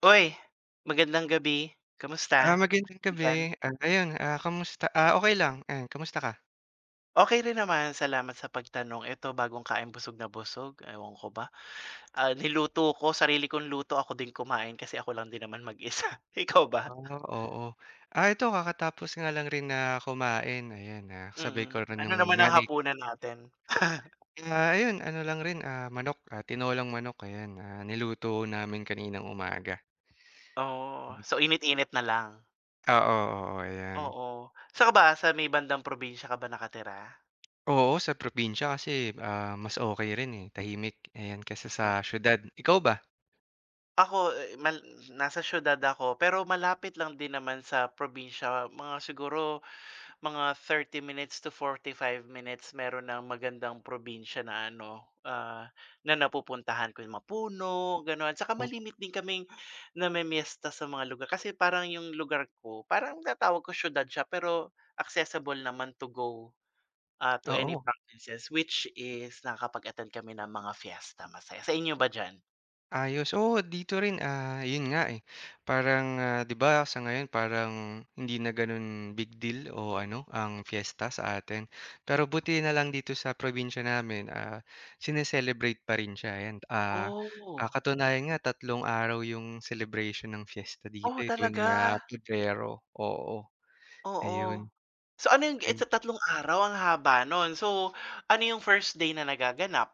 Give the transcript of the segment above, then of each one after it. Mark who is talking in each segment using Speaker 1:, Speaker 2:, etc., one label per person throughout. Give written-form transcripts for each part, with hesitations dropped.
Speaker 1: Uy, magandang gabi. Kamusta?
Speaker 2: Magandang
Speaker 1: Diyan?
Speaker 2: gabi. Ayun, kamusta? Okay lang. Ayan, kamusta ka?
Speaker 1: Okey rin naman, salamat sa pagtanong. Eto bagong kain, busog na busog, ewan ko ba. Ah, niluto ko, sarili kong luto, ako din kumain kasi ako lang din naman mag-isa. Ikaw ba?
Speaker 2: Oo. Ito kakatapos nga lang rin na kumain, ayan, kasabay
Speaker 1: Mm.
Speaker 2: ko rin
Speaker 1: Ano
Speaker 2: ng
Speaker 1: naman ang
Speaker 2: nanay.
Speaker 1: hapunan natin?
Speaker 2: Ayun ano lang rin, manok, tinolang manok ayan, niluto namin kaninang umaga.
Speaker 1: Oo,
Speaker 2: ah
Speaker 1: so init-init na lang?
Speaker 2: Oo, oo, ayan.
Speaker 1: Oo. Saan ka ba, sa may bandang probinsya ka ba nakatira?
Speaker 2: Oo, sa probinsya kasi, mas okey rin, eh, tahimik ayan kaysa sa
Speaker 1: Naku,
Speaker 2: siyudad. Ikaw ba?
Speaker 1: ako, eh, nasa siyudad ako pero malapit lang din naman sa probinsya, mga siguro, Mga 30 minutes to 45 minutes, meron ng magandang probinsya na ano, na napupuntahan ko yung Mapuno, gano'n. Tsaka
Speaker 2: O,
Speaker 1: malimit din kaming namimiesta sa mga lugar kasi parang yung lugar ko, parang tinatawag ko siyudad siya pero accessible naman to go, to any
Speaker 2: oo.
Speaker 1: provinces which is nakakapag-attend kami ng mga fiesta, masaya. Sa inyo ba diyan?
Speaker 2: Ayos. Oo, dito rin, yun nga, eh, parang, 'di ba, sa ngayon parang hindi na gano'n big deal o ano, ang fiesta sa atin. Pero buti na lang dito sa probinsya namin, sine-celebrate pa rin siya, ayan.
Speaker 1: Oh,
Speaker 2: Katunayan nga 3 araw yung celebration ng fiesta dito,
Speaker 1: oh
Speaker 2: eh,
Speaker 1: talaga.
Speaker 2: tuwing, Pebrero, oo,
Speaker 1: Oo.
Speaker 2: ayun.
Speaker 1: So ano yung, eh, tatlong araw, ang haba nun. So, ano yung first day na nagaganap?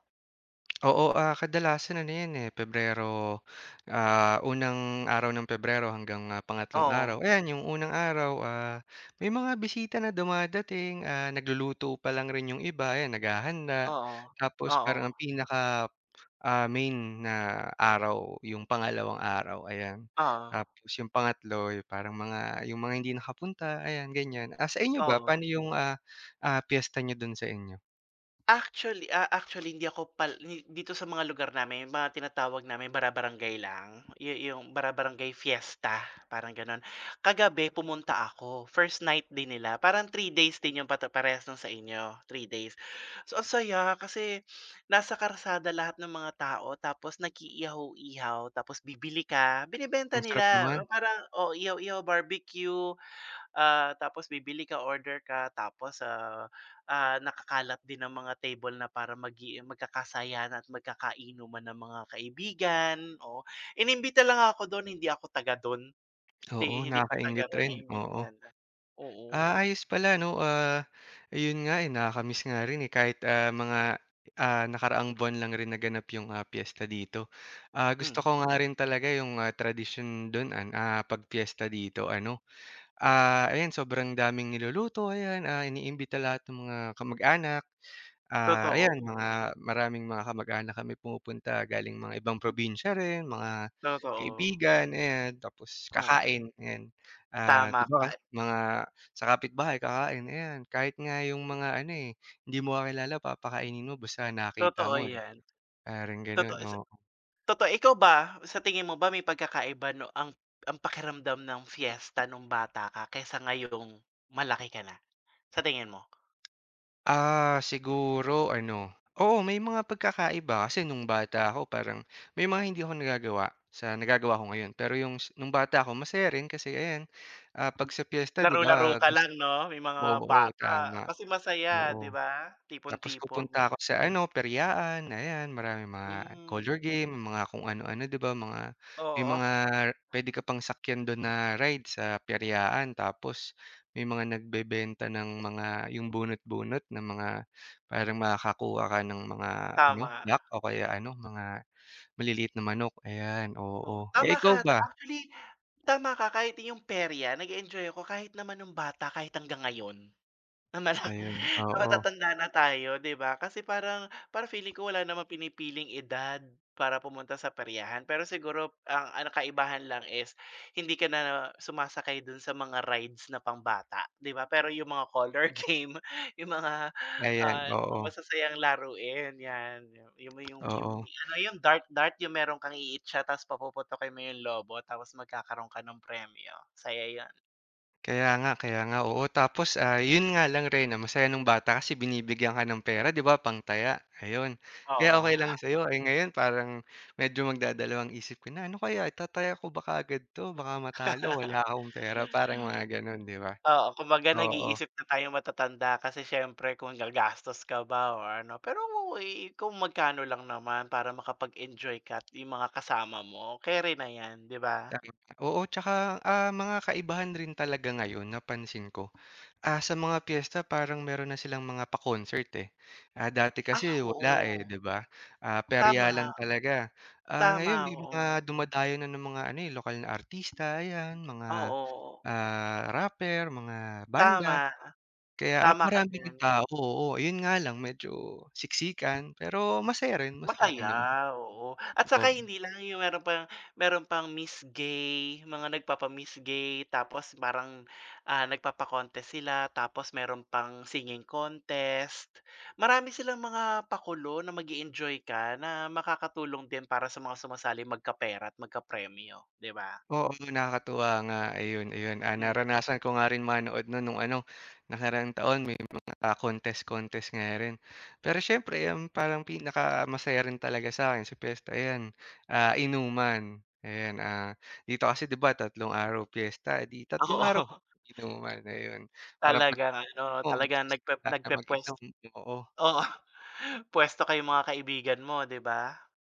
Speaker 2: Oo, kadalasan ano 'yan, eh, Pebrero, unang araw ng Pebrero hanggang, pangatlong
Speaker 1: Oo,
Speaker 2: araw. Ayan, yung unang araw, may mga bisita na dumadating, nagluluto pa lang rin yung iba, ayan naghahanda.
Speaker 1: oo,
Speaker 2: Tapos
Speaker 1: oo,
Speaker 2: parang ang pinaka, main na araw yung pangalawang araw, ayan.
Speaker 1: oo,
Speaker 2: Tapos yung pangatlo, yung parang mga yung mga hindi nakapunta, ayan ganyan. Sa inyo ba,
Speaker 1: oo.
Speaker 2: paano yung, piyesta niyo dun sa inyo?
Speaker 1: Actually, hindi ako pal ni dito sa mga lugar namin yung mga tinatawag namin bara-barangay lang, yung bara-barangay fiesta, parang gano'n. Kagabi pumunta ako, first night din nila, parang 3 days din yung pata parehas ng sa inyo, 3 days. So ang saya kasi nasa kalsada lahat ng mga tao tapos nag-iihaw-ihaw, tapos bibili ka,
Speaker 2: Ang
Speaker 1: binebenta
Speaker 2: sarap
Speaker 1: nila,
Speaker 2: naman.
Speaker 1: parang, oh, ihaw-ihaw, barbecue. Tapos bibili ka, order ka, tapos, nakakalat din ng mga table na para magkakasayahan at magkakainuman ng mga kaibigan, o. Inimbita lang ako dun, hindi ako taga dun, hindi
Speaker 2: Oo,
Speaker 1: hindi ako taga
Speaker 2: nakakainggit
Speaker 1: dun,
Speaker 2: rin, oo.
Speaker 1: naimbitahan lang. Oo,
Speaker 2: Ayos pala 'no, ayun nga, eh, nakaka-miss nga rin, eh, kahit, mga, nakaraang buwan lang rin naganap yung, piyesta dito. Gusto
Speaker 1: mm,
Speaker 2: ko nga rin talaga yung, tradisyon dun an 'pag piyesta dito ano, ayan sobrang daming niluluto ayan, iniimbita lahat ng mga kamag-anak.
Speaker 1: totoo,
Speaker 2: Ayan mga maraming mga kamag-anak kami pumupunta galing mga ibang probinsya rin, mga
Speaker 1: totoo,
Speaker 2: kaibigan, ayan. Tapos
Speaker 1: oo,
Speaker 2: kakain, ayan.
Speaker 1: tama
Speaker 2: 'Di ba
Speaker 1: ka,
Speaker 2: mga sa kapitbahay kakain, ayan. Kahit nga yung mga ano, eh, hindi mo kakilala papakainin mo basta nakita
Speaker 1: totoo
Speaker 2: mo, eh,
Speaker 1: yan,
Speaker 2: parang gano'n,
Speaker 1: totoo.
Speaker 2: oo.
Speaker 1: Totoo. Ikaw ba, sa tingin mo ba may pagkakaiba no ang pakiramdam ng fiesta nung bata ka kaysa ngayong malaki ka na? Sa tingin mo?
Speaker 2: Siguro ano, oo may mga pagkakaiba kasi nung bata ako parang may mga hindi ako nagagawa sa nagagawa ko ngayon. Pero yung nung bata ako masaya rin kasi ayan, 'pag sa piyesta 'di
Speaker 1: Laro-laro
Speaker 2: ba
Speaker 1: ka
Speaker 2: gusto
Speaker 1: lang 'no, may mga
Speaker 2: oo,
Speaker 1: bata
Speaker 2: tama,
Speaker 1: kasi masaya, 'di
Speaker 2: oo.
Speaker 1: ba?
Speaker 2: Tapos
Speaker 1: Tipon-tipon.
Speaker 2: pupunta ako sa ano, Periaan, ayan maraming mga
Speaker 1: Hmm,
Speaker 2: color game, mga kung ano-ano 'di ba, mga may
Speaker 1: oo,
Speaker 2: puwede ka pang sakyan dun na ride sa Periaan. Tapos may mga nagbebenta ng mga yung bunot-bunot na mga parang makakakuha ka ng mga ano,
Speaker 1: tama.
Speaker 2: yak o kaya ano, mga maliliit na manok, ayan,
Speaker 1: Oo,
Speaker 2: oo.
Speaker 1: tama
Speaker 2: Eh, ikaw
Speaker 1: ka.
Speaker 2: ba?
Speaker 1: Actually, tama ka, kahit yung perya nag enjoy ako kahit naman nung bata, kahit hanggang ngayon. Na malak
Speaker 2: Ayun,
Speaker 1: na
Speaker 2: oo.
Speaker 1: matatanda na tayo, 'di ba? Kasi parang parang feeling ko wala namang pinipiling edad para pumunta sa peryahan. Pero siguro ang kaibahan lang is hindi ka na sumasakay dun sa mga rides na pangbata, 'di ba? Pero yung mga color game, yung mga,
Speaker 2: Ayan,
Speaker 1: ah, mga
Speaker 2: oo,
Speaker 1: masasayang laruin, 'yan. Yung yung yung
Speaker 2: oo.
Speaker 1: ano yung dart-dart, yung meron kang iitsa tapos papuputukin mo yung lobo tapos magkakaroon ka ng premyo, saya 'yun.
Speaker 2: Kaya nga, oo. Tapos, yun nga lang rin, masaya nung bata kasi binibigyan ka ng pera, 'di ba, pangtaya, ayun. Kaya
Speaker 1: Oo.
Speaker 2: okay lang sa'yo. Eh, ngayon parang medyo magdadalawang isip ko na, "Ano kaya, itataya ko ba kaagad 'to? Baka matalo, wala akong pera." Parang mga gano'n, 'di ba?
Speaker 1: Oo, kumbaga
Speaker 2: Oo,
Speaker 1: nag-iisip na tayo matatanda kasi siyempre kung gagastos ka ba or ano. Pero kung magkano lang naman para makapag-enjoy ka at yung mga kasama mo, kere na 'yan, 'di ba?
Speaker 2: tama. Oo, 'tsaka, mga kaibahan rin talaga ngayon napansin ko. Sa mga piyesta parang meron na silang mga pa-concert, eh. Dati kasi
Speaker 1: Ah,
Speaker 2: wala,
Speaker 1: oo.
Speaker 2: eh, 'di ba? Perya lang
Speaker 1: Tama,
Speaker 2: talaga.
Speaker 1: tama,
Speaker 2: Ngayon may mga
Speaker 1: oo.
Speaker 2: dumadayo na ng mga ano, eh, lokal na artista, ayan, mga,
Speaker 1: Oo,
Speaker 2: rapper, mga banda.
Speaker 1: tama,
Speaker 2: Kaya
Speaker 1: tama ka
Speaker 2: marami
Speaker 1: diyan.
Speaker 2: ring tao, oo. Yun nga lang medyo siksikan, pero masaya rin
Speaker 1: Masaya,
Speaker 2: naman.
Speaker 1: oo. At saka
Speaker 2: Oo.
Speaker 1: hindi lang yung meron pang Miss Gay, mga nagpapa-Miss Gay tapos parang, nagpapa-contest sila tapos meron pang singing contest. Marami silang mga pakulo na mag enjoy ka na makakatulong din para sa mga sumasali, magkapera at magkapremyo, 'di ba?
Speaker 2: Oo, nakakatuwa nga. Ayun, ayun.
Speaker 1: Hmm,
Speaker 2: Naranasan ko nga rin manood nun nung ano, nakaraang taon may mga contest-contest nga rin. Pero siyempre ang parang pinakamasaya rin talaga sa'kin sa piyesta ayan, inuman. Ayan, dito kasi 'di ba 3 araw piyesta, eh, di
Speaker 1: oo,
Speaker 2: 3 araw inuman, ayun. Parang 'pag
Speaker 1: talagang ano.
Speaker 2: mo
Speaker 1: Talagang nagpe nagpupuwes
Speaker 2: mag-inom, oo.
Speaker 1: Oo, puwesto kayong mga kaibigan mo, 'di ba?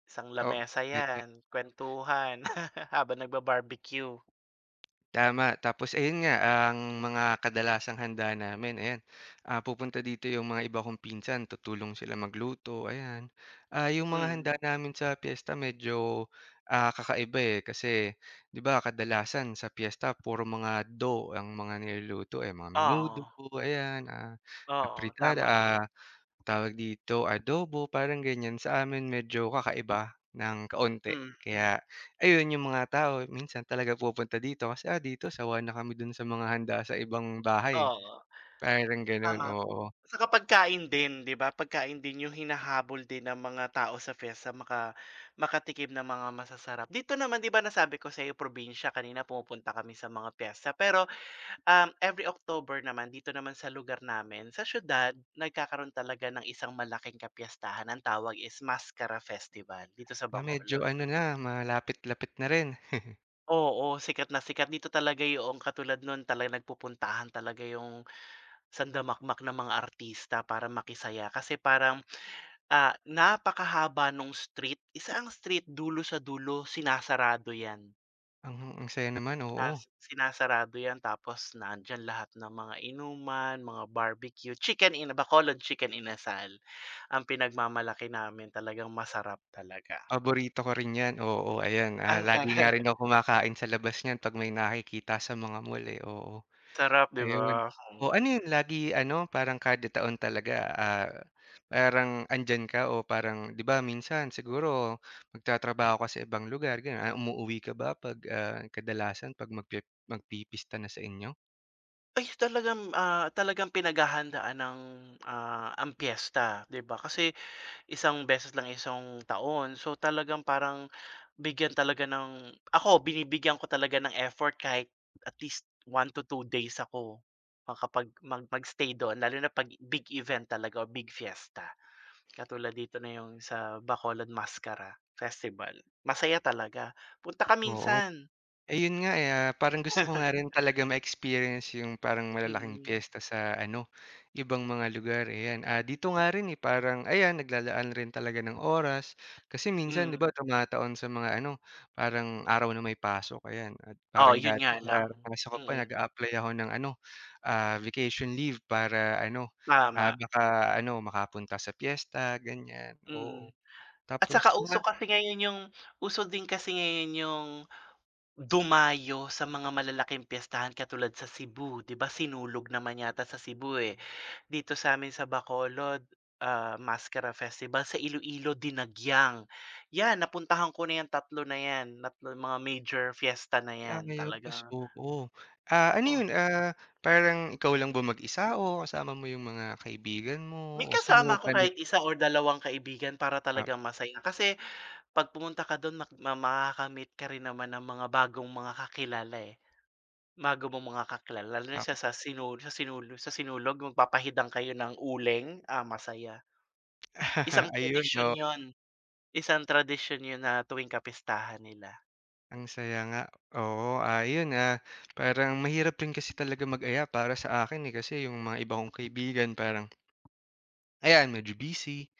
Speaker 1: Isang
Speaker 2: Oh,
Speaker 1: lamesa 'yan, kwentuhan habang nagba-barbecue.
Speaker 2: tama, tapos ayun nga, ang mga kadalasang handa namin ayan, pupunta dito yung mga iba kong pinsan, tutulong sila magluto, ayan. Yung mga handa
Speaker 1: Mm,
Speaker 2: namin sa piyesta medyo, kakaiba, eh, kasi 'di ba kadalasan sa piyesta puro mga do ang mga niluluto, eh, mga menudo,
Speaker 1: oo,
Speaker 2: ayan,
Speaker 1: oo,
Speaker 2: afritada,
Speaker 1: tama.
Speaker 2: tawag dito, adobo, parang ganyan. Sa amin medyo kakaiba ng kaunti.
Speaker 1: Mm,
Speaker 2: Kaya ayun, yung mga tao minsan talaga pupunta dito kasi, dito sawa na kami dun sa mga handa sa ibang bahay,
Speaker 1: oo,
Speaker 2: parang ganun,
Speaker 1: tama.
Speaker 2: oo.
Speaker 1: Saka pagkain din, 'di ba? Pagkain din yung hinahabol din ng mga tao sa fiesta, makatikim ng mga masasarap. Dito naman, 'di ba, nasabi ko sa'yo, probinsya, kanina pumupunta kami sa mga piyesta, pero every October naman dito naman sa lugar namin, sa siyudad, nagkakaroon talaga ng isang malaking kapiyastahan. Ang tawag is Mascara Festival, dito sa
Speaker 2: Na medyo
Speaker 1: Bacolod.
Speaker 2: ano na, malapit-lapit na rin.
Speaker 1: Oo, sikat na sikat dito talaga, yung katulad nun talagang nagpupuntahan talaga yung sandamakmak ng mga artista para makisaya kasi parang, napakahaba nung street, isa ang street dulo sa dulo, sinasarado yan.
Speaker 2: Ang saya naman, oo.
Speaker 1: Sinasarado 'yan tapos nandyan lahat ng mga inuman, mga barbecue, chicken in Bacolod, chicken inasal. Ang pinagmamalaki namin, talagang masarap talaga.
Speaker 2: Paborito ko rin 'yan, oo, ayan.
Speaker 1: Ang
Speaker 2: Lagi nga
Speaker 1: sarap,
Speaker 2: rin ako kumakain sa labas niyan 'pag may nakikita sa mga mall, eh, oo.
Speaker 1: sarap, 'di ba?
Speaker 2: Ayun.
Speaker 1: Mm.
Speaker 2: O ano yun lagi ano, parang kada taon talaga, parang andiyan ka o parang 'di ba minsan siguro magtatrabaho ka sa ibang lugar gano'n, umuuwi ka ba 'pag, kadalasan 'pag magpipista na sa inyo?
Speaker 1: Ay talagang pinaghahandaan ang piyesta, 'di ba? Kasi isang beses lang, isang taon. So, talagang parang bigyan talaga ng ako, binibigyan ko talaga ng effort kahit at least 1 to 2 days ako makapag mag mag doon, lalo na 'pag big event talaga o big fiesta. Katulad dito na yung sa Bacolod Mascara Festival. Masaya talaga. Punta ka
Speaker 2: Oo.
Speaker 1: minsan.
Speaker 2: Ayun nga, eh, parang gusto ko nga rin talaga ma-experience yung parang malalaking
Speaker 1: Mm,
Speaker 2: piyesta sa ano, ibang mga lugar, ayan. Dito nga rin, eh, parang ayan naglalaan rin talaga ng oras kasi minsan 'di
Speaker 1: mm.
Speaker 2: ba tumataon sa mga ano, parang araw na may pasok, ayan. At
Speaker 1: Oo,
Speaker 2: parang
Speaker 1: yun
Speaker 2: dati
Speaker 1: nga lang.
Speaker 2: nararanasan ko pa
Speaker 1: Mm,
Speaker 2: nag-a-apply ako ng ano, vacation leave para ano,
Speaker 1: tama,
Speaker 2: baka ano makapunta sa piyesta, ganyan,
Speaker 1: mm.
Speaker 2: oo.
Speaker 1: At
Speaker 2: Tapos
Speaker 1: saka
Speaker 2: mga
Speaker 1: uso kasi ngayon yung uso din kasi ngayon yung Dumayo sa mga malalaking piyestahan, katulad sa Cebu. 'Di ba sinunog naman yata sa Cebu, eh. Dito sa'min sa Bacolod, Mascara Festival, sa Iloilo, Dinagyang. 'Yan, napuntahan ko na 'yang tatlo na 'yan, tatlo mga major fiesta na 'yan,
Speaker 2: ayos,
Speaker 1: talagang
Speaker 2: oo. Ano
Speaker 1: oo.
Speaker 2: yun, parang ikaw lang ba mag-isa o kasama mo yung mga kaibigan
Speaker 1: May
Speaker 2: mo o
Speaker 1: kasama
Speaker 2: sino
Speaker 1: ako,
Speaker 2: ba nag
Speaker 1: kahit isa or dalawang kaibigan para
Speaker 2: ah,
Speaker 1: talagang masaya kasi 'pag pumunta ka do'n makakamit ka rin naman ng mga bagong mga kakilala, eh. Bago mo makakakilala, lalo na
Speaker 2: ah,
Speaker 1: sa sinulog, magpapahidang kayo ng uling, masaya. Isang
Speaker 2: ayun,
Speaker 1: tradisyon
Speaker 2: oh,
Speaker 1: yon, isang tradisyon 'yun na tuwing kapistahan nila.
Speaker 2: ang saya nga. Oo, ah, parang mahirap rin kasi talaga mag-aya para sa akin, eh, kasi yung mga iba kong kaibigan parang ayan medyo busy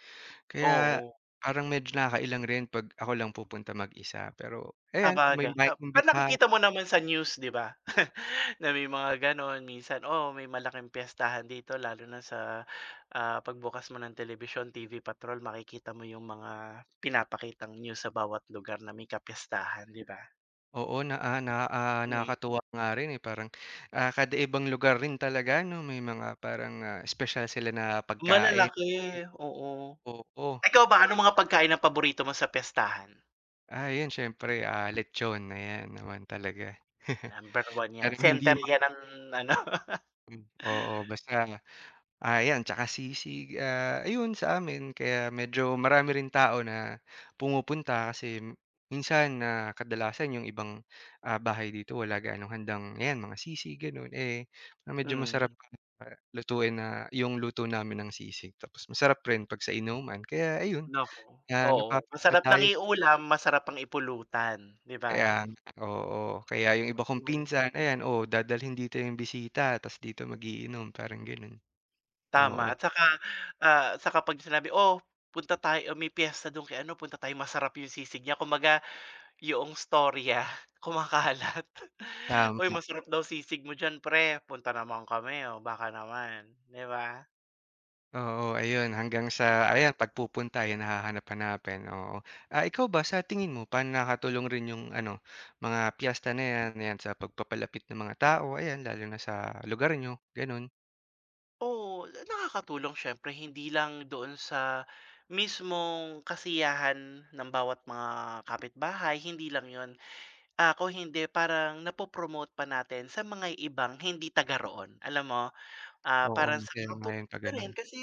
Speaker 2: kaya
Speaker 1: Oo,
Speaker 2: parang medyo nakakailang rin 'pag ako lang pupunta mag-isa pero ayan kung may
Speaker 1: sabagay,
Speaker 2: maiimbitahan.
Speaker 1: nakikita mo naman sa news, 'di ba? Na may mga gano'n minsan, "Oh, may malaking piyestahan dito," lalo na sa, pagbukas mo ng telebisyon, TV Patrol makikita mo yung mga pinapakitang news sa bawat lugar na may kapistahan, 'di ba?
Speaker 2: Oo, na
Speaker 1: Mm,
Speaker 2: nakakatuwa nga rin, eh, parang, kada ibang lugar rin talaga 'no, may mga parang, espesyal sila na pagkain,
Speaker 1: malalaki, oo.
Speaker 2: oo.
Speaker 1: Ikaw ba, anong mga pagkain ang paborito mo sa piyestahan?
Speaker 2: 'Yun siyempre, lechon, ayan naman talaga.
Speaker 1: Number one yan,
Speaker 2: Parang hindi
Speaker 1: center yan ng ano,
Speaker 2: oo, basta 'yan tsaka sisig, ayun sa amin kaya medyo marami rin tao na pumupunta kasi minsan, kadalasan yung ibang, bahay dito wala gaanong handang 'yan mga sisig gano'n, eh, medyo masarap
Speaker 1: hmm,
Speaker 2: lutuin na yung luto namin ng sisig tapos masarap rin 'pag sa inuman kaya ayun,
Speaker 1: naku, oo. Masarap ng
Speaker 2: napapadayo
Speaker 1: iulam, masarap ang ipulutan, 'di
Speaker 2: kaya
Speaker 1: ba?
Speaker 2: oo, kaya yung iba kong
Speaker 1: Mm.
Speaker 2: pinsan ayan, oh, dadalhin dito yung bisita ta's dito magiinom iinom parang gano'n,
Speaker 1: Tama,
Speaker 2: oo,
Speaker 1: at saka 'pag sinabi, "Oh, punta tayo, may piyesta dun kay ano, punta tayo, masarap yung sisig niya." Kumbaga yung storya kumakalat.
Speaker 2: tama.
Speaker 1: "Uy, masarap daw sisig mo diyan, pre, punta naman kami, oh, baka naman." 'Di ba?
Speaker 2: Oo, ayun hanggang sa ayan pagpupunta ayan hahanap-hanapin, oo. Ikaw ba sa tingin mo paano nakatulong rin yung ano, mga piyesta na 'yan, ayan sa pagpapalapit ng mga tao ayan lalo na sa lugar nyo gano'n?
Speaker 1: Oo, nakakatulong siyempre, hindi lang doon sa mismong kasiyahan ng bawat mga kapitbahay, hindi lang yon. Ako hindi, parang napopromote pa natin sa mga ibang hindi taga roon, alam mo? Ah,
Speaker 2: Oo,
Speaker 1: parang sa
Speaker 2: masaya nga
Speaker 1: katuwa
Speaker 2: 'yun 'pag
Speaker 1: na
Speaker 2: gano'n.
Speaker 1: rin kasi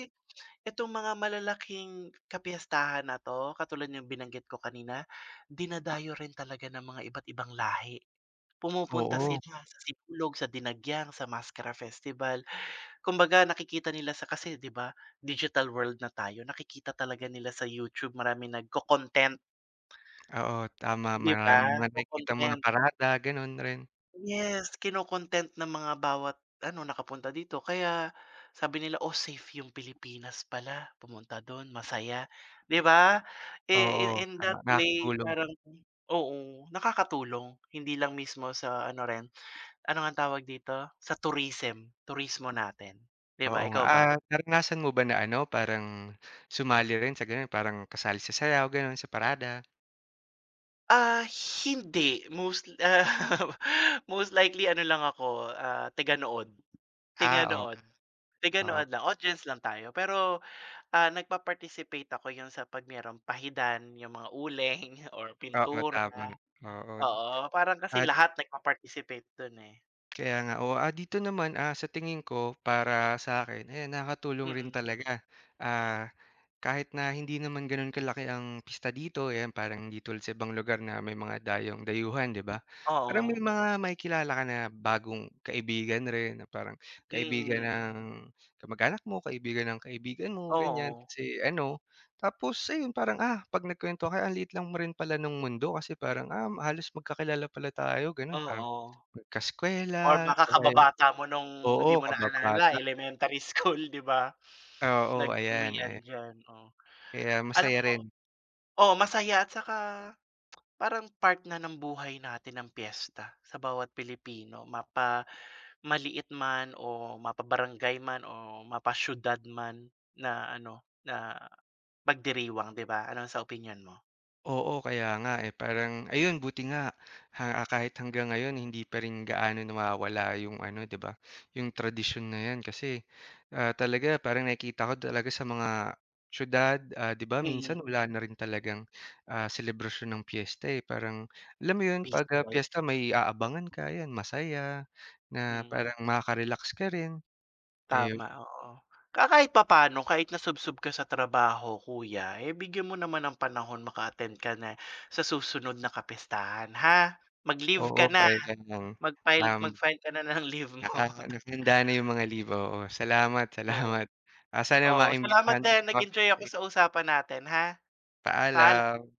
Speaker 1: itong mga malalaking kapiyastahan na 'to, katulad nung binanggit ko kanina, dinadayo rin talaga ng mga iba't ibang lahi. Pumupunta
Speaker 2: Oo,
Speaker 1: sila sa sipulog, sa Dinagyang, sa Mascara Festival. Kumbaga nakikita nila, kasi 'di ba, digital world na tayo, nakikita talaga nila sa YouTube, marami nagco-content,
Speaker 2: oo, tama
Speaker 1: 'di ba?
Speaker 2: maraming mga nakikitang mga
Speaker 1: Co-content.
Speaker 2: parada gano'n rin.
Speaker 1: Yes, kino-content ng mga bawat ano nakapunta dito, kaya sabi nila, "Oh, safe yung Pilipinas pala, pumunta dun, masaya." 'Di ba? Eh,
Speaker 2: Oo,
Speaker 1: in
Speaker 2: tama
Speaker 1: that way
Speaker 2: nakakatulong.
Speaker 1: parang oo, nakakatulong hindi lang mismo sa ano rin, ano ngang tawag dito, sa tourism, turismo natin, 'di ba?
Speaker 2: Oo nga,
Speaker 1: Ikaw ba?
Speaker 2: naranasan mo ba na ano parang sumali rin sa gano'n parang kasali sa sayaw gano'n, sa parada?
Speaker 1: Ah, hindi, most most likely ano lang ako, taga-nood,
Speaker 2: O,
Speaker 1: Mm.
Speaker 2: oo.
Speaker 1: Taga-nood lang, audience lang tayo. Pero, nagpa-participate ako, yung sa 'pag merong pahidan, yung mga uling or
Speaker 2: Oo,
Speaker 1: pintura,
Speaker 2: tama. Oo.
Speaker 1: oo. Parang kasi
Speaker 2: Ah,
Speaker 1: lahat nagpa-participate dun, eh.
Speaker 2: Kaya nga, oo. Dito naman, sa tingin ko para sa akin eh nakatulong rin
Speaker 1: Mm,
Speaker 2: talaga. Ah, Kahit na hindi naman gano'n kalaki ang pista dito, ayan parang hindi tulad sa ibang lugar na may mga dayong dayuhan, 'di ba? Parang may
Speaker 1: oo,
Speaker 2: mga makikilala ka na bagong kaibigan rin, na parang kaibigan
Speaker 1: mm,
Speaker 2: ng kamag-anak mo, kaibigan ng kaibigan mo, ganyan.
Speaker 1: oo,
Speaker 2: Kasi ano, tapos ayun parang, 'pag nagkuwentuhan kayo, ang liit lang mo rin pala nung mundo kasi parang, halos magkakilala pala tayo, gano'n. Parang
Speaker 1: oo.
Speaker 2: kaeskuwela
Speaker 1: Or baka
Speaker 2: o kaya
Speaker 1: kababata mo nung
Speaker 2: oo,
Speaker 1: hindi mo naalala,
Speaker 2: kababata.
Speaker 1: elementary school, 'di ba?
Speaker 2: Oo, ayan,
Speaker 1: Nag-uwian
Speaker 2: eh,
Speaker 1: diyan.
Speaker 2: kaya
Speaker 1: Alam
Speaker 2: masaya
Speaker 1: mo,
Speaker 2: rin.
Speaker 1: oo, masaya at saka parang part na ng buhay natin ang piyesta sa bawat Pilipino. Mapa maliit man, o mapabarangay man, o mapasyudad man, na ano, na pagdiriwang, 'di ba? Ano sa opinyon mo?
Speaker 2: Oo, kaya nga, eh, parang ayun buti nga, ha kahit hanggang ngayon hindi pa rin gaano nawawala yung ano, 'di ba, yung tradisyon na 'yan kasi, talaga parang nakikita ko talaga sa mga siyudad, 'di ba,
Speaker 1: Mm,
Speaker 2: minsan wala na rin talagang, selebrasyon ng piyesta, eh, parang alam mo yun
Speaker 1: busy
Speaker 2: 'pag,
Speaker 1: life.
Speaker 2: piyesta may aabangan ka, 'yan masaya na
Speaker 1: Mm,
Speaker 2: parang makaka-relax ka rin,
Speaker 1: tama,
Speaker 2: ayun.
Speaker 1: oo. Kahit papaano, kahit nasubsob ka sa trabaho kuya, eh, bigyan mo naman ng panahon, maka-attend ka na sa susunod na kapistahan, ha. Mag-leave
Speaker 2: Oo,
Speaker 1: ka na.
Speaker 2: ayan lang.
Speaker 1: Mag-file
Speaker 2: Um,
Speaker 1: mag-file ka na ng leave mo.
Speaker 2: naka Nakahanda na yung mga libro, oo. Salamat,
Speaker 1: Oo.
Speaker 2: salamat. Sana
Speaker 1: Oo, salamat
Speaker 2: maimbitahan mo
Speaker 1: din,
Speaker 2: ako
Speaker 1: nag-enjoy ako
Speaker 2: ulit.
Speaker 1: sa usapan natin, ha, paalam.
Speaker 2: Paalam.